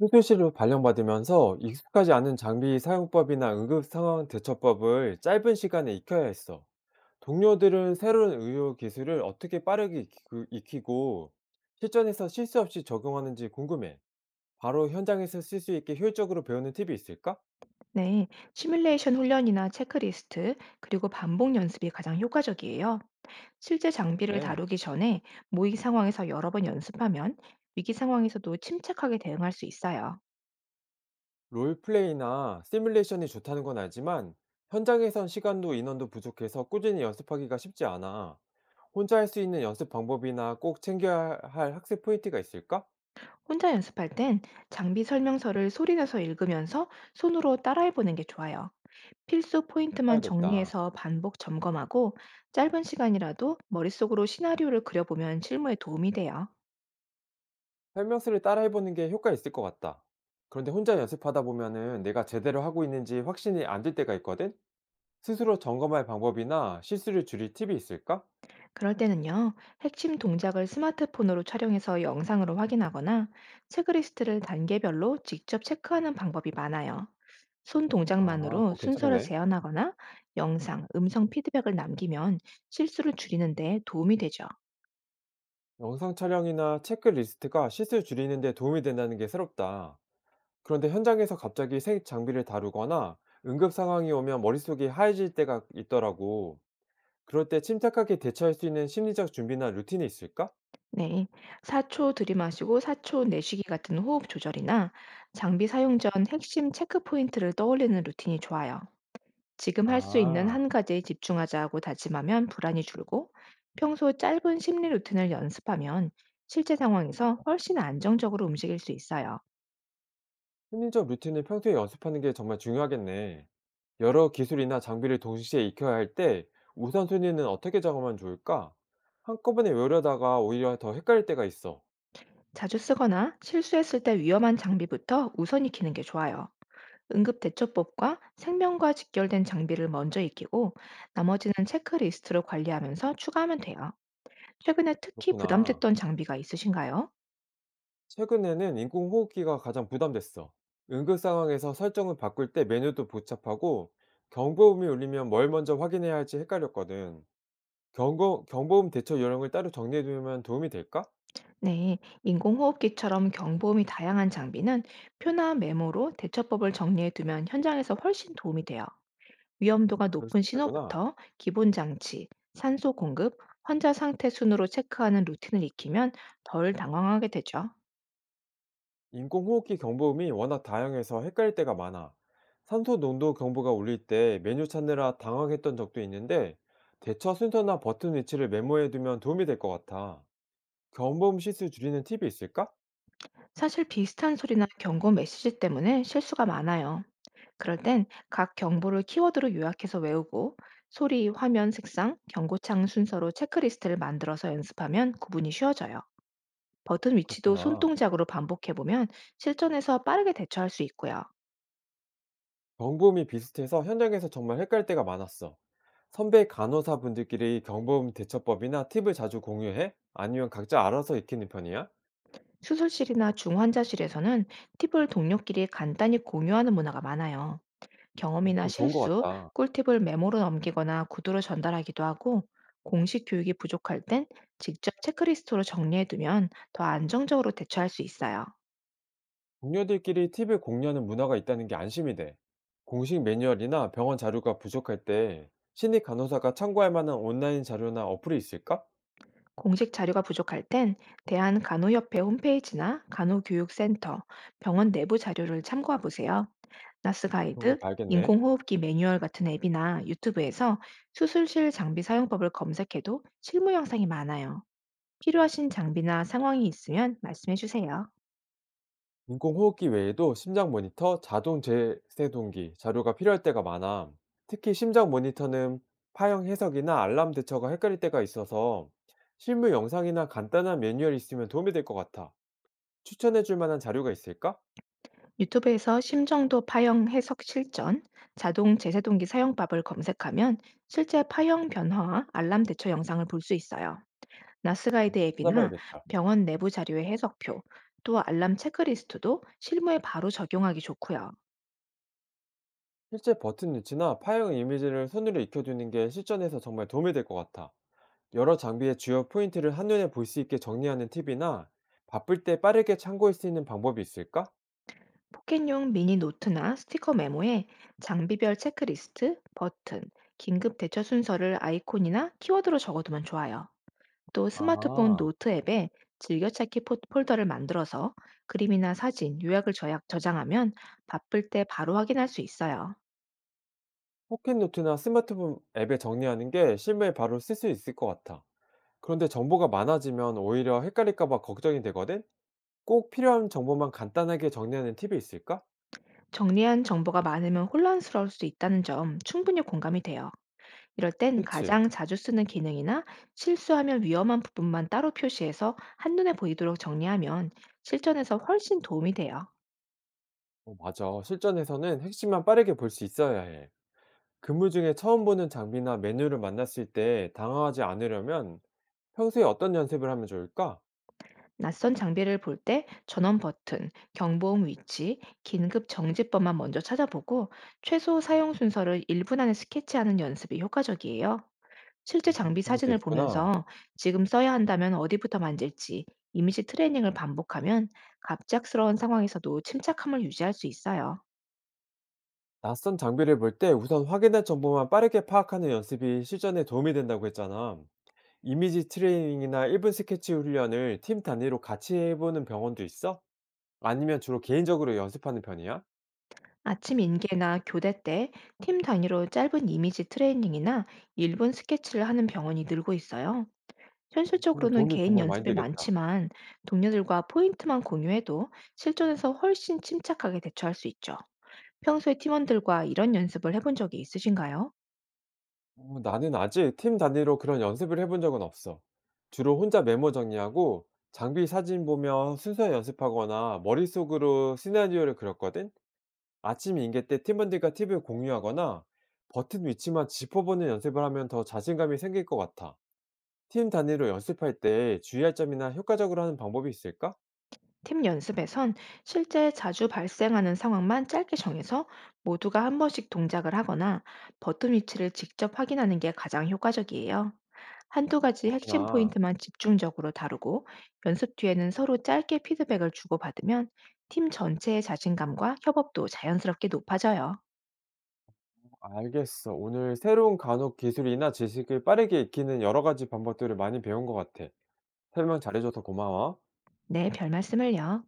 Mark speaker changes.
Speaker 1: 수술실로 발령받으면서 익숙하지 않은 장비 사용법이나 응급 상황 대처법을 짧은 시간에 익혀야 했어. 동료들은 새로운 의료 기술을 어떻게 빠르게 익히고 실전에서 실수 없이 적용하는지 궁금해. 바로 현장에서 쓸 수 있게 효율적으로 배우는 팁이 있을까?
Speaker 2: 네, 시뮬레이션 훈련이나 체크리스트, 그리고 반복 연습이 가장 효과적이에요. 실제 장비를
Speaker 1: 네,
Speaker 2: 다루기 전에 모의 상황에서 여러 번 연습하면 위기 상황에서도 침착하게 대응할 수 있어요.
Speaker 1: 롤플레이나 시뮬레이션이 좋다는 건 알지만 현장에선 시간도 인원도 부족해서 꾸준히 연습하기가 쉽지 않아. 혼자 할 수 있는 연습 방법이나 꼭 챙겨야 할 학습 포인트가 있을까?
Speaker 2: 혼자 연습할 땐 장비 설명서를 소리내서 읽으면서 손으로 따라해보는 게 좋아요. 필수 포인트만
Speaker 1: 봐야겠다.
Speaker 2: 정리해서 반복 점검하고 짧은 시간이라도 머릿속으로 시나리오를 그려보면 실무에 도움이 돼요.
Speaker 1: 설명서를 따라해보는 게 효과 있을 것 같다. 그런데 혼자 연습하다 보면은 내가 제대로 하고 있는지 확신이 안 들 때가 있거든? 스스로 점검할 방법이나 실수를 줄일 팁이 있을까?
Speaker 2: 그럴 때는요, 핵심 동작을 스마트폰으로 촬영해서 영상으로 확인하거나 체크리스트를 단계별로 직접 체크하는 방법이 많아요. 손
Speaker 1: 아,
Speaker 2: 동작만으로
Speaker 1: 그거
Speaker 2: 순서를
Speaker 1: 괜찮겠네.
Speaker 2: 재현하거나 영상, 음성 피드백을 남기면 실수를 줄이는데 도움이 되죠.
Speaker 1: 영상 촬영이나 체크리스트가 실수 줄이는 데 도움이 된다는 게 새롭다. 그런데 현장에서 갑자기 새 장비를 다루거나 응급 상황이 오면 머릿속이 하얘질 때가 있더라고. 그럴 때 침착하게 대처할 수 있는 심리적 준비나 루틴이 있을까?
Speaker 2: 네. 4초 들이마시고 4초 내쉬기 같은 호흡 조절이나 장비 사용 전 핵심 체크 포인트를 떠올리는 루틴이 좋아요. 지금 할 수 있는
Speaker 1: 아.
Speaker 2: 한 가지에 집중하자고 다짐하면 불안이 줄고 평소 짧은 심리 루틴을 연습하면 실제 상황에서 훨씬 안정적으로 움직일 수 있어요.
Speaker 1: 심리적 루틴을 평소에 연습하는 게 정말 중요하겠네. 여러 기술이나 장비를 동시에 익혀야 할 때 우선순위는 어떻게 작업하면 좋을까? 한꺼번에 외우려다가 오히려 더 헷갈릴 때가 있어.
Speaker 2: 자주 쓰거나 실수했을 때 위험한 장비부터 우선 익히는 게 좋아요. 응급 대처법과 생명과 직결된 장비를 먼저 익히고 나머지는 체크리스트로 관리하면서 추가하면 돼요. 최근에 특히
Speaker 1: 그렇구나.
Speaker 2: 부담됐던 장비가 있으신가요?
Speaker 1: 최근에는 인공호흡기가 가장 부담됐어. 응급 상황에서 설정을 바꿀 때 메뉴도 복잡하고 경보음이 울리면 뭘 먼저 확인해야 할지 헷갈렸거든. 경고, 경보음 대처 요령을 따로 정리해두면 도움이 될까?
Speaker 2: 네, 인공호흡기처럼 경보음이 다양한 장비는 표나 메모로 대처법을 정리해 두면 현장에서 훨씬 도움이 돼요. 위험도가
Speaker 1: 그럴 수
Speaker 2: 높은
Speaker 1: 있겠구나.
Speaker 2: 신호부터 기본 장치, 산소 공급, 환자 상태 순으로 체크하는 루틴을 익히면 덜 당황하게 되죠.
Speaker 1: 인공호흡기 경보음이 워낙 다양해서 헷갈릴 때가 많아. 산소 농도 경보가 울릴 때 메뉴 찾느라 당황했던 적도 있는데, 대처 순서나 버튼 위치를 메모해 두면 도움이 될 것 같아. 경보음 실수 줄이는 팁이 있을까?
Speaker 2: 사실 비슷한 소리나 경고 메시지 때문에 실수가 많아요. 그럴 땐 각 경보를 키워드로 요약해서 외우고 소리, 화면, 색상, 경고창 순서로 체크리스트를 만들어서 연습하면 구분이 쉬워져요. 버튼 위치도
Speaker 1: 그렇구나.
Speaker 2: 손동작으로 반복해보면 실전에서 빠르게 대처할 수 있고요.
Speaker 1: 경보음이 비슷해서 현장에서 정말 헷갈릴 때가 많았어. 선배 간호사 분들끼리 경보음 대처법이나 팁을 자주 공유해? 아니면 각자 알아서 익히는 편이야?
Speaker 2: 수술실이나 중환자실에서는 팁을 동료끼리 간단히 공유하는 문화가 많아요.
Speaker 1: 어,
Speaker 2: 경험이나
Speaker 1: 그거 좋은 것
Speaker 2: 실수,
Speaker 1: 같다.
Speaker 2: 꿀팁을 메모로 넘기거나 구두로 전달하기도 하고, 공식 교육이 부족할 땐 직접 체크리스트로 정리해두면 더 안정적으로 대처할 수 있어요.
Speaker 1: 동료들끼리 팁을 공유하는 문화가 있다는 게 안심이 돼. 공식 매뉴얼이나 병원 자료가 부족할 때 신입 간호사가 참고할 만한 온라인 자료나 어플이 있을까?
Speaker 2: 공식 자료가 부족할 땐 대한간호협회 홈페이지나 간호교육센터, 병원 내부 자료를 참고해 보세요. 나스
Speaker 1: 그런 거
Speaker 2: 가이드,
Speaker 1: 봐야겠네.
Speaker 2: 인공호흡기 매뉴얼 같은 앱이나 유튜브에서 수술실 장비 사용법을 검색해도 실무 영상이 많아요. 필요하신 장비나 상황이 있으면 말씀해 주세요.
Speaker 1: 인공호흡기 외에도 심장 모니터, 자동 재세동기 자료가 필요할 때가 많아. 특히 심장 모니터는 파형 해석이나 알람 대처가 헷갈릴 때가 있어서 실무 영상이나 간단한 매뉴얼이 있으면 도움이 될 것 같아. 추천해 줄 만한 자료가 있을까?
Speaker 2: 유튜브에서 심정도 파형 해석 실전, 자동 제세동기 사용법을 검색하면 실제 파형 변화와 알람 대처 영상을 볼 수 있어요. 나스가이드 앱이나
Speaker 1: 찾아봐야겠다.
Speaker 2: 병원 내부 자료의 해석표, 또 알람 체크리스트도 실무에 바로 적용하기 좋고요.
Speaker 1: 실제 버튼 위치나 파형 이미지를 손으로 익혀두는 게 실전에서 정말 도움이 될 것 같아. 여러 장비의 주요 포인트를 한눈에 볼 수 있게 정리하는 팁이나 바쁠 때 빠르게 참고할 수 있는 방법이 있을까?
Speaker 2: 포켓용 미니 노트나 스티커 메모에 장비별 체크리스트, 버튼, 긴급 대처 순서를 아이콘이나 키워드로 적어두면 좋아요. 또 스마트폰
Speaker 1: 아,
Speaker 2: 노트 앱에 즐겨찾기 폴더를 만들어서 그림이나 사진, 요약을 저장하면 바쁠 때 바로 확인할 수 있어요.
Speaker 1: 포켓노트나 스마트폰 앱에 정리하는 게 실무에 바로 쓸 수 있을 것 같아. 그런데 정보가 많아지면 오히려 헷갈릴까봐 걱정이 되거든? 꼭 필요한 정보만 간단하게 정리하는 팁이 있을까?
Speaker 2: 정리한 정보가 많으면 혼란스러울 수 있다는 점 충분히 공감이 돼요. 이럴 땐
Speaker 1: 그치.
Speaker 2: 가장 자주 쓰는 기능이나 실수하면 위험한 부분만 따로 표시해서 한눈에 보이도록 정리하면 실전에서 훨씬 도움이 돼요.
Speaker 1: 어, 맞아. 실전에서는 핵심만 빠르게 볼 수 있어야 해. 근무 중에 처음 보는 장비나 메뉴를 만났을 때 당황하지 않으려면 평소에 어떤 연습을 하면 좋을까?
Speaker 2: 낯선 장비를 볼 때 전원 버튼, 경보음 위치, 긴급 정지법만 먼저 찾아보고 최소 사용 순서를 1분 안에 스케치하는 연습이 효과적이에요.
Speaker 1: 아,
Speaker 2: 실제 장비
Speaker 1: 그런 것도
Speaker 2: 사진을
Speaker 1: 있구나.
Speaker 2: 보면서 지금 써야 한다면 어디부터 만질지 이미지 트레이닝을 반복하면 갑작스러운 상황에서도 침착함을 유지할 수 있어요.
Speaker 1: 낯선 장비를 볼 때 우선 확인할 정보만 빠르게 파악하는 연습이 실전에 도움이 된다고 했잖아. 이미지 트레이닝이나 1분 스케치 훈련을 팀 단위로 같이 해보는 병원도 있어? 아니면 주로 개인적으로 연습하는 편이야?
Speaker 2: 아침 인계나 교대 때 팀 단위로 짧은 이미지 트레이닝이나 일분 스케치를 하는 병원이 늘고 있어요.
Speaker 1: 그런 거
Speaker 2: 현실적으로는
Speaker 1: 도움이
Speaker 2: 개인
Speaker 1: 정말 많이
Speaker 2: 연습이
Speaker 1: 되겠다.
Speaker 2: 많지만 동료들과 포인트만 공유해도 실전에서 훨씬 침착하게 대처할 수 있죠. 평소에 팀원들과 이런 연습을 해본 적이 있으신가요?
Speaker 1: 어, 나는 아직 팀 단위로 그런 연습을 해본 적은 없어. 주로 혼자 메모 정리하고 장비 사진 보며 순서 연습하거나 머릿속으로 시나리오를 그렸거든? 아침 인계 때 팀원들과 팁을 공유하거나 버튼 위치만 짚어보는 연습을 하면 더 자신감이 생길 것 같아. 팀 단위로 연습할 때 주의할 점이나 효과적으로 하는 방법이 있을까?
Speaker 2: 팀 연습에선 실제 자주 발생하는 상황만 짧게 정해서 모두가 한 번씩 동작을 하거나 버튼 위치를 직접 확인하는 게 가장 효과적이에요. 한두 가지 핵심
Speaker 1: 그렇구나.
Speaker 2: 포인트만 집중적으로 다루고 연습 뒤에는 서로 짧게 피드백을 주고받으면 팀 전체의 자신감과 협업도 자연스럽게 높아져요.
Speaker 1: 알겠어. 오늘 새로운 간혹 기술이나 지식을 빠르게 익히는 여러 가지 방법들을 많이 배운 것 같아. 설명 잘해줘서 고마워.
Speaker 2: 네, 별 말씀을요.